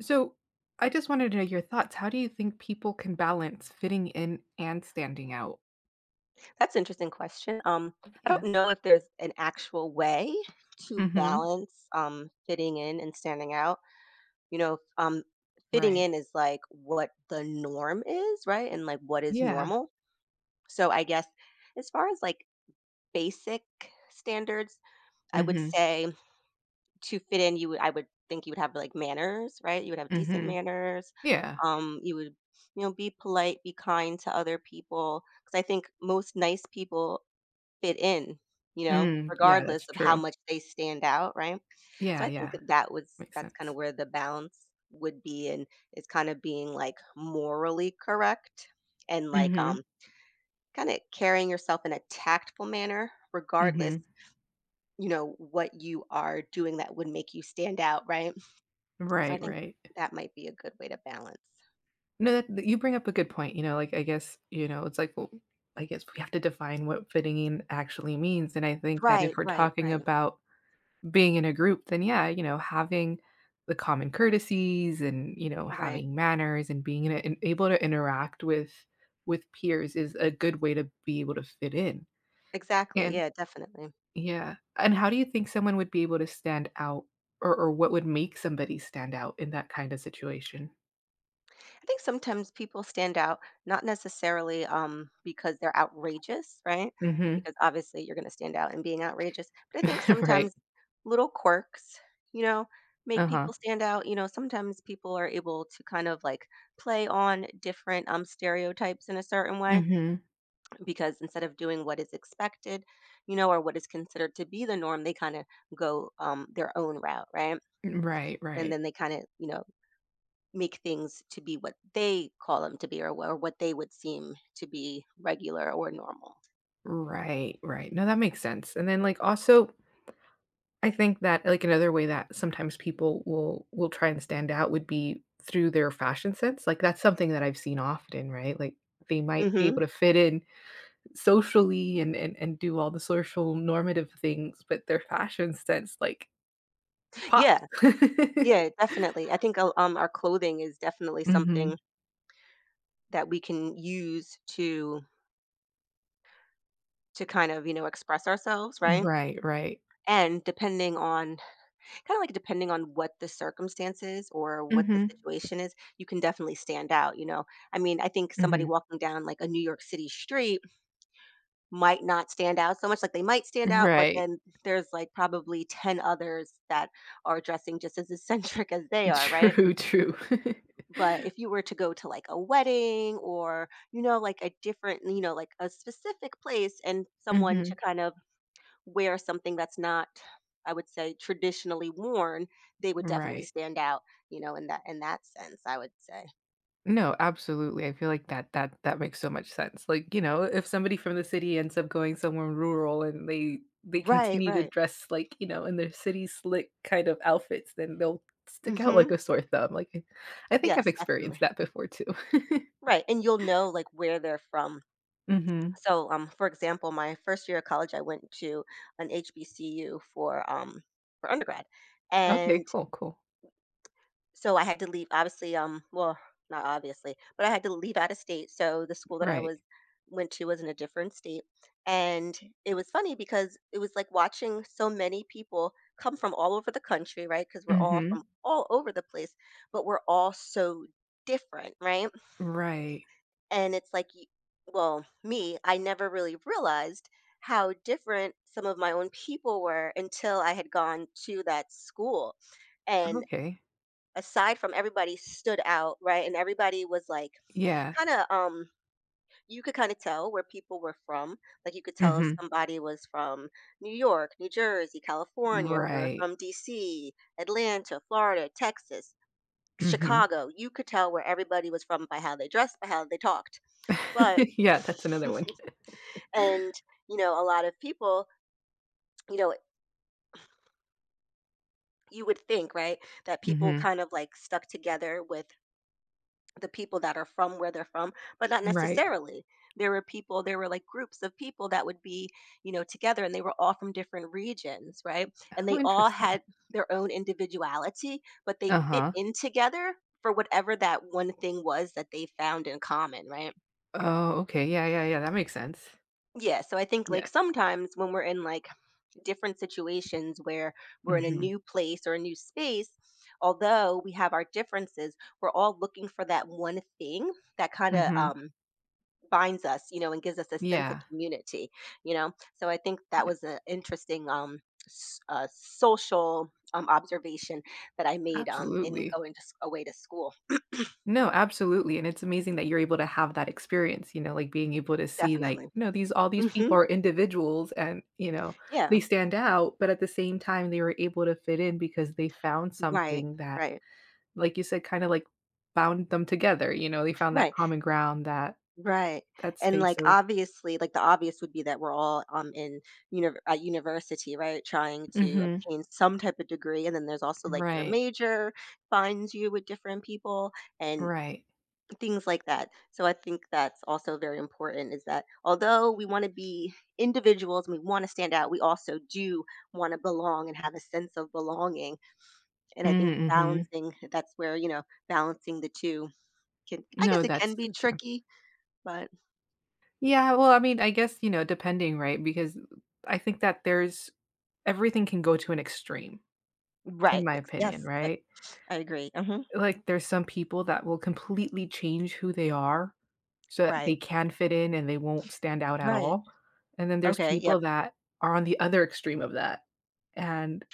So I just wanted to know your thoughts. How do you think people can balance fitting in and standing out? That's an interesting question. I don't Yeah. know if there's an actual way to Mm-hmm. balance fitting in and standing out. You know, um, fitting Right. in is like what the norm is, right? And like what is Yeah. normal. So I guess as far as like basic standards, I would Mm-hmm. say to fit in, you would I would think you would have like manners, right? You would have decent Mm-hmm. manners. Yeah. You would be polite, be kind to other people because I think most nice people fit in, you know, Mm. Yeah, that's regardless of how true. much they stand out, right? So Yeah, I think yeah. Makes that's kind sense. of where the balance would be, and it's kind of being like morally correct and Mm-hmm. Kind of carrying yourself in a tactful manner regardless, Mm-hmm. you know, what you are doing that would make you stand out, right? So I Right, think right. that might be a good way to balance. No, you bring up a good point. Like I guess, it's like well, I guess we have to define what fitting in actually means. And I think that if Right, we're right, talking right, about being in a group, then yeah, having the common courtesies and, right. having manners and being and able to interact with peers is a good way to be able to fit in. Exactly. And Yeah, definitely. yeah. And how do you think someone would be able to stand out or what would make somebody stand out in that kind of situation? I think sometimes people stand out, not necessarily because they're outrageous, right? Mhm. Because obviously you're going to stand out in being outrageous. But I think Right. sometimes little quirks, you know, make Uh-huh. people stand out. You know, sometimes people are able to kind of like play on different stereotypes in a certain way, Mhm. because instead of doing what is expected, you know, or what is considered to be the norm, they kind of go their own route, right? Right, And right. then they kind of, you know, make things to be what they call them to be, or what they would seem to be regular or normal. Right, right. No, that makes sense. And then like also I think that, like, another way that sometimes people will try and stand out would be through their fashion sense, like, that's something that I've seen often, right? Like, they might be Hmm. able to fit in socially and do all the social normative things, but their fashion sense, like, pops. Yeah, yeah, definitely. I think our clothing is definitely Mhm. something that we can use to kind of express ourselves, right? Right, right. And depending on depending on what the circumstances or what the Mhm. situation is, you can definitely stand out. You know, I mean, I think somebody Mhm. walking down like a New York City street might not stand out so much, like, they might stand out, but Right. then there's, like, probably 10 others that are dressing just as eccentric as they are, right? True, true. But if you were to go to, like, a wedding, or, you know, like, a different, like, a specific place, and someone to Mhm. kind of wear something that's not, I would say, traditionally worn, they would definitely Right. stand out, you know, in that sense, I would say. No, absolutely. I feel like that makes so much sense. Like, if somebody from the city ends up going somewhere rural and they Right, continue to right. dress like, in their city slick kind of outfits, then they'll stick out like Mhm. a sore thumb. Like, I think I've Yes, experienced definitely. that before too. Right, and you'll know, like, where they're from. Mhm. So, for example, my first year of college, I went to an HBCU for undergrad, Okay, and cool, cool. so I had to leave. Obviously, well, not obviously, but I had to leave out of state. So the school that I Right. was went to was in a different state, and it was funny because it was like watching so many people come from all over the country, right? Because we're all from Mhm. all over the place, but we're all so different, right? Right. And it's like, y- well, me, I never really realized how different some of my own people were until I had gone to that school. And Okay. aside from everybody stood out, right? And everybody was like Yeah. kind of um you could kind of tell where people were from. Like you could tell if Mhm. somebody was from New York, New Jersey, California, if they were Right. from DC, Atlanta, Florida, Texas, Mhm. Chicago. You could tell where everybody was from by how they dressed, by how they talked. But Yeah, that's another one. and, you know, a lot of people, you know, you would think, right, that people Mhm. kind of like stuck together with the people that are from where they're from, but not Right. necessarily. There were people, there were like groups of people that would be, you know, together, and they were all from different regions, right? And How they all interesting. had their own individuality, but they fit Uh-huh. in together for whatever that one thing was that they found in common, right? Oh, okay, yeah, yeah, yeah, that makes sense. Yeah, so I think like Yeah. sometimes when we're in like different situations where we're in a Mhm, new place or a new space, although we have our differences, we're all looking for that one thing that kind of mhm. Binds us, you know, and gives us a sense of Yeah, community, you know. So I think that yeah, was an interesting social observation that I made in absolutely. going to, away to school. No, absolutely, and it's amazing that you're able to have that experience, like, being able to see, Definitely. like, no, these all these Hmm. people are individuals and, Yeah. they stand out, but at the same time, they were able to fit in because they found Right. something that, Right. like you said, kinda, like, bound them together, they found that Right. common ground, that Right. that And space like of obviously, like the obvious would be that we're all in at university, right? Trying to Mhm, obtain some type of degree. And then there's also like your right, major finds you with different people and right. things like that. So I think that's also very important, is that although we want to be individuals and we want to stand out, we also do want to belong and have a sense of belonging. And I think Mm, mhm. balancing that's where, you know, balancing the two can No, it can that's be so true. tricky, but Yeah, well, I mean, I guess, depending, right? Because I think that there's everything can go to an extreme, in right, my ex opinion, yes, right? I agree, mhm, Like, there's some people that will completely change who they are so that right, they can fit in and they won't stand out at right, all. And then there's okay, yep, people that are on the other extreme of that and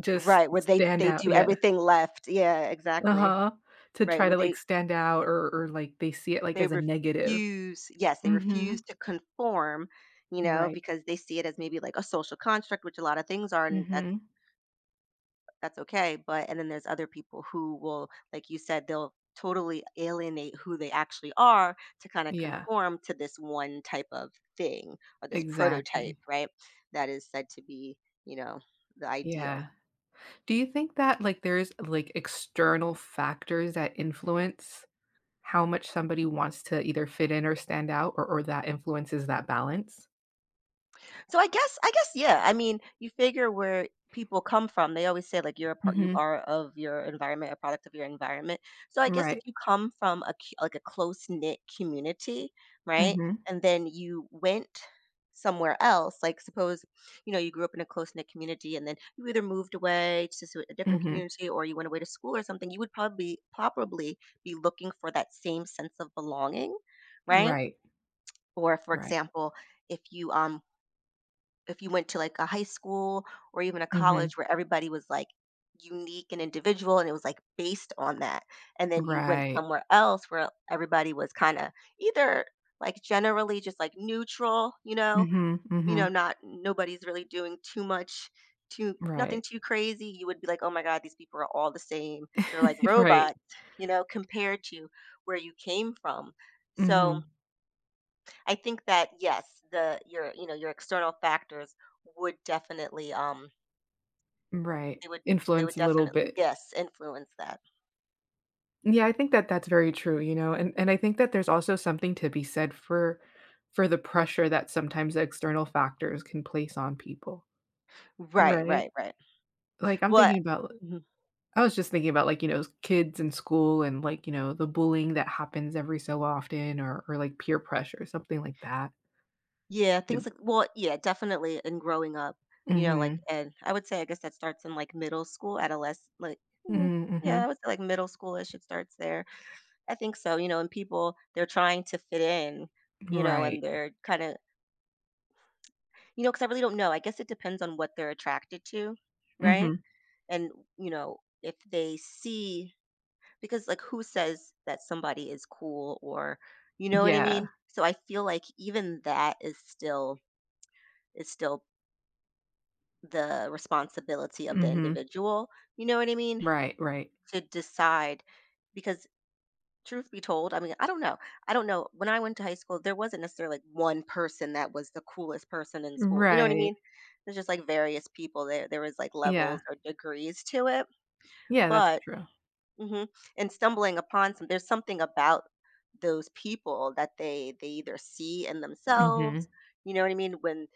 just right, where they stand out. do Yeah. everything left, yeah, exactly, Uh-huh. To right, try where to like stand out or like they see it like they as a negative. refuse yes, they refuse Mhm. to conform, you know, Right. because they see it as maybe like a social construct, which a lot of things are, and Mhm. that's okay. But and then there's other people who will, like you said, they'll totally alienate who they actually are to kind of Yeah, conform to this one type of thing or this prototype, exactly. right? That is said to be, you know, the ideal. Yeah. Do you think that, like, there's, like, external factors that influence how much somebody wants to either fit in or stand out or that influences that balance? So I guess, yeah. I mean, you figure where people come from. They always say like you Mhm. are of your environment, a product of your environment. So I guess if Right. you come from a like a close knit community, right, Mhm. and then you went somewhere else, like suppose you know you grew up in a close-knit community, and then you either moved away to a different Mhm. community, or you went away to school or something, you would probably be looking for that same sense of belonging, right. Right. Or for Right. example, if you um if you went to like a high school or even a Mhm. college where everybody was like unique and individual, and it was like based on that, and then you went Right. somewhere else where everybody was kind of either like generally just like neutral, you know, Mhm. Mhm. not nobody's really doing too much, too nothing Right. too crazy, you would be like, oh my god, these people are all the same, they're like Right. robots, you know, compared to where you came from. So Mhm. I think that yes, the your, you know, your external factors would definitely Right. they would they would Influence a little definitely, bit. yes, influence that. Yeah, I think that that's very true, and I think that there's also something to be said for the pressure that sometimes external factors can place on people. Right, right, Right. right. Like, Well, mhm. I was just thinking about, like, kids in school and, like, the bullying that happens every so often or, like, peer pressure, something like that. Yeah, It. things like well, yeah, definitely. In growing up, you know, like, Mhm. and I would say I guess that starts in like middle school, adolescent, like mm, Mhm, yeah, mhm. I would say like middle schoolish. It starts there. I think so. You know, and people, they're trying to fit in. You know, and Right. they're kind of you know, because I really don't know. I guess it depends on what they're attracted to, right? Mhm. And you know, if they see, because like who says that somebody is cool, or you know what I mean? Yeah. So I feel like even that is still the responsibility of the Mhm. individual, you know what I mean, Right, right. to decide. Because truth be told, I mean, I don't know, when I went to high school, there wasn't necessarily like one person that was the coolest person in school, you know what I Right. mean? There's just like various people, there was like Yeah. levels or degrees to it, Yeah, that's but true. mhm, and stumbling upon some, there's something about those people that they either see in themselves, Mhm. you know what I mean, when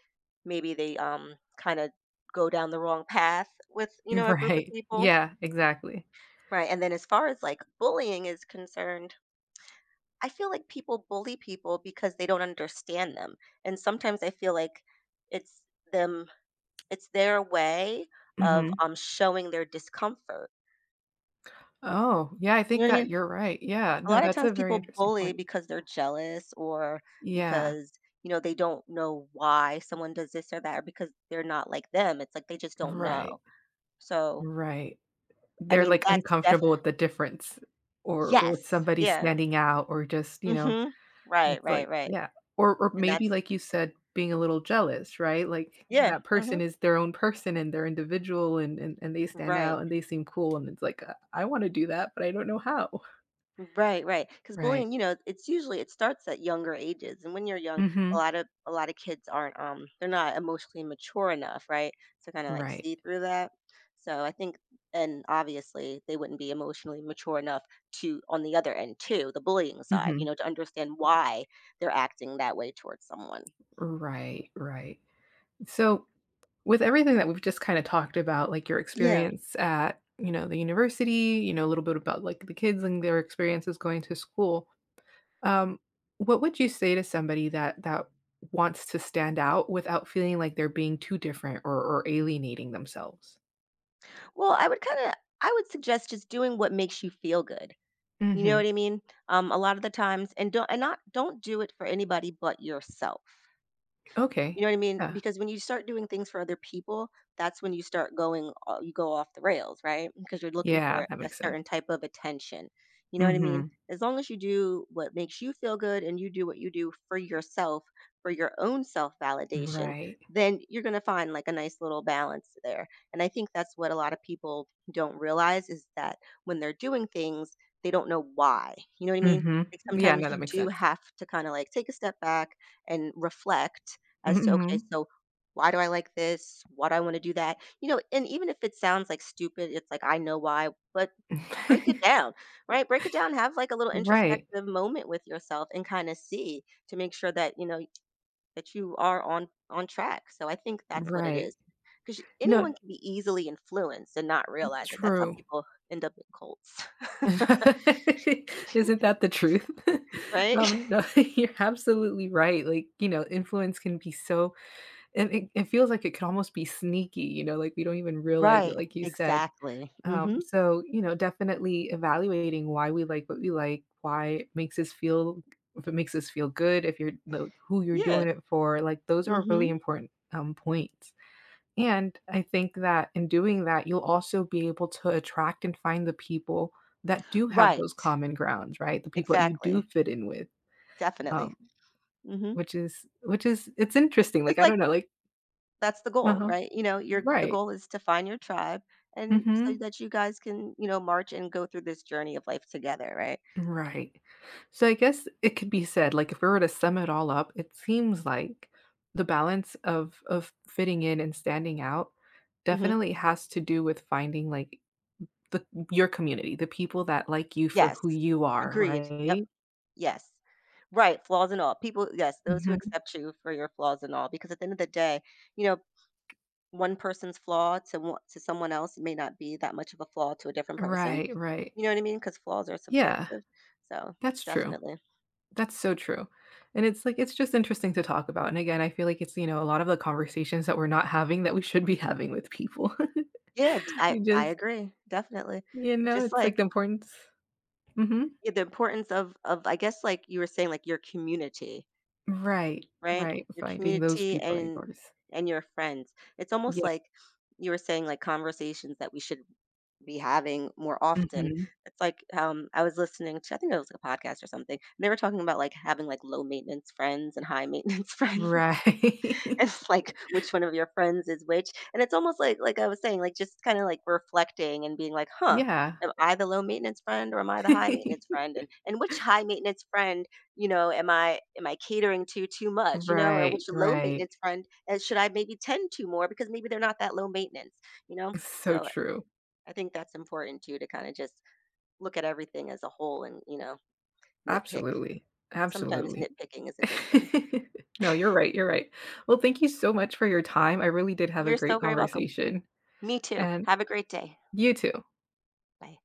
maybe they, kinda go down the wrong path with, you know, a group of Right. people, Yeah, exactly. right, and then as far as, like, bullying is concerned, I feel like people bully people because they don't understand them, and sometimes I feel like it's them it's their way of, Mhm. Showing their discomfort, Oh, yeah, I you know think what I mean? that you're right. Yeah, A no, lot of that's times a very people interesting bully point. because they're jealous, or Yeah. because, you know, they don't know why someone does this or that, or because they're not like them. It's like they just don't know. Right. So, Right. I They're, mean, like, that's uncomfortable definitely with the difference or with yes. somebody Yeah. standing out or just, Mhm. Right, it's right, like right. yeah. Or And maybe, that's like you said, being a little jealous, right? Like, yeah. that person Mhm. is their own person and they're individual and they stand Right. out and they seem cool, and it's like, I wanna do that, but I don't know how." Right, right. Because Right. bullying, you know, it's usually it starts at younger ages, and when you're young, Mhm. A lot of kids aren't they're not emotionally mature enough, right, to kind of like Right. see through that. So I think, and obviously they wouldn't be emotionally mature enough to on the other end too, the bullying side, you Mhm. know, to understand why they're acting that way towards someone. Right, right. So with everything that we've just kind of talked about, like your Yeah. experience at, the university, a little bit about like the kids and their experiences going to school. Um, what would you say to somebody that wants to stand out without feeling like they're being too different or alienating themselves? Well, I would kind of I would suggest just doing what makes you feel good. You know Hmm. what I mean? A lot of the times, and don't and not don't do it for anybody but yourself. You Okay. know what I mean? Yeah. Because when you start doing things for other people, that's when you start going, you go off the rails, right? Because you're looking Yeah, for that a makes sense. certain type of attention. You know what I mean? Hmm. As long as you do what makes you feel good and you do what you do for yourself, for your own self validation, Right. then you're going to find like a nice little balance there. And I think that's what a lot of people don't realize is that when they're doing things, they don't know why. You know what I mean? Hmm. Like Yeah, no, sometimes that you makes do sense. have to kind of like take a step back and reflect as to, okay, Hmm. so why do I like this? Why do I want to do that? You know, and even if it sounds like stupid, it's like, I know why, but break it down, right? Break it down, have like a little Right. introspective moment with yourself and kind of see to make sure that, you know, that you are on track. So I think that's what it Right. is. Because No, anyone can be easily influenced and not realize it. That's how true. people end up in cults, Isn't that the truth? right? No, you're absolutely right, like, influence can be so and it feels like it could almost be sneaky, like, we don't even realize Right, it, like you said. exactly. Mm-hmm. So, definitely evaluating why we like what we like, why it makes us feel if it makes us feel good, if you're the who you're Yeah. doing it for, like, those are really Mm-hmm. important, points. And I think that in doing that, you'll also be able to attract and find the people that do have those Right, common grounds, right? The people that you do exactly. fit in with, Definitely. um, Mm-hmm. Which is it's interesting. Like It's I don't like know, like that's the goal, uh-huh, right? You know, your the right, goal is to find your tribe and so hmm that you guys can, you know, march and go through this journey of life together, right? right. So I guess it could be said, like if we were to sum it all up, it seems like the balance of fitting in and standing out Hmm. definitely has to do with finding like The your community, the people that like you for Yes. who you are, Agreed. Yep. right? Yes. Right. Flaws and all. People, yes, those who Mhm. accept you for your flaws and all, because at the end of the day, you know, one person's flaw to to someone else may not be that much of a flaw to a different person. Right, right. You know what I mean? Because flaws are Yeah, subjective. So that's true. definitely. That's so true. And it's like it's just interesting to talk about, and again, I feel like it's, a lot of the conversations that we're not having that we should be having with people. Yeah, I You I just, agree. Definitely. Just it's like the like importance. Mhm. yeah, the importance of I guess, like you were saying, like your community, Right, right? right, Your finding those community people are and yours. Your friends. It's almost Yeah. like you were saying, like conversations that we should be having more often. Mhm. It's like I was listening to I think it was like a podcast or something. And they were talking about like having like low maintenance friends and high maintenance friends. Right. It's like which one of your friends is which, and it's almost like I was saying, like, just kinda, like, reflecting and being like, "Huh, Yeah. am I the low maintenance friend or am I the high maintenance friend? And which high maintenance friend, you know, am I catering to too much, you know, or which Right, low right. maintenance friend, should I maybe tend to more because maybe they're not that low maintenance," you know? So So, true. I think that's important too to kinda just look at everything as a whole and, you know, nitpick. Absolutely, Sometimes absolutely. nitpicking is a good thing. No, you're right, you're right. Well, thank you so much for your time. I really did have a You're so great very welcome. conversation, Me too. and Have a great day. you too. Bye.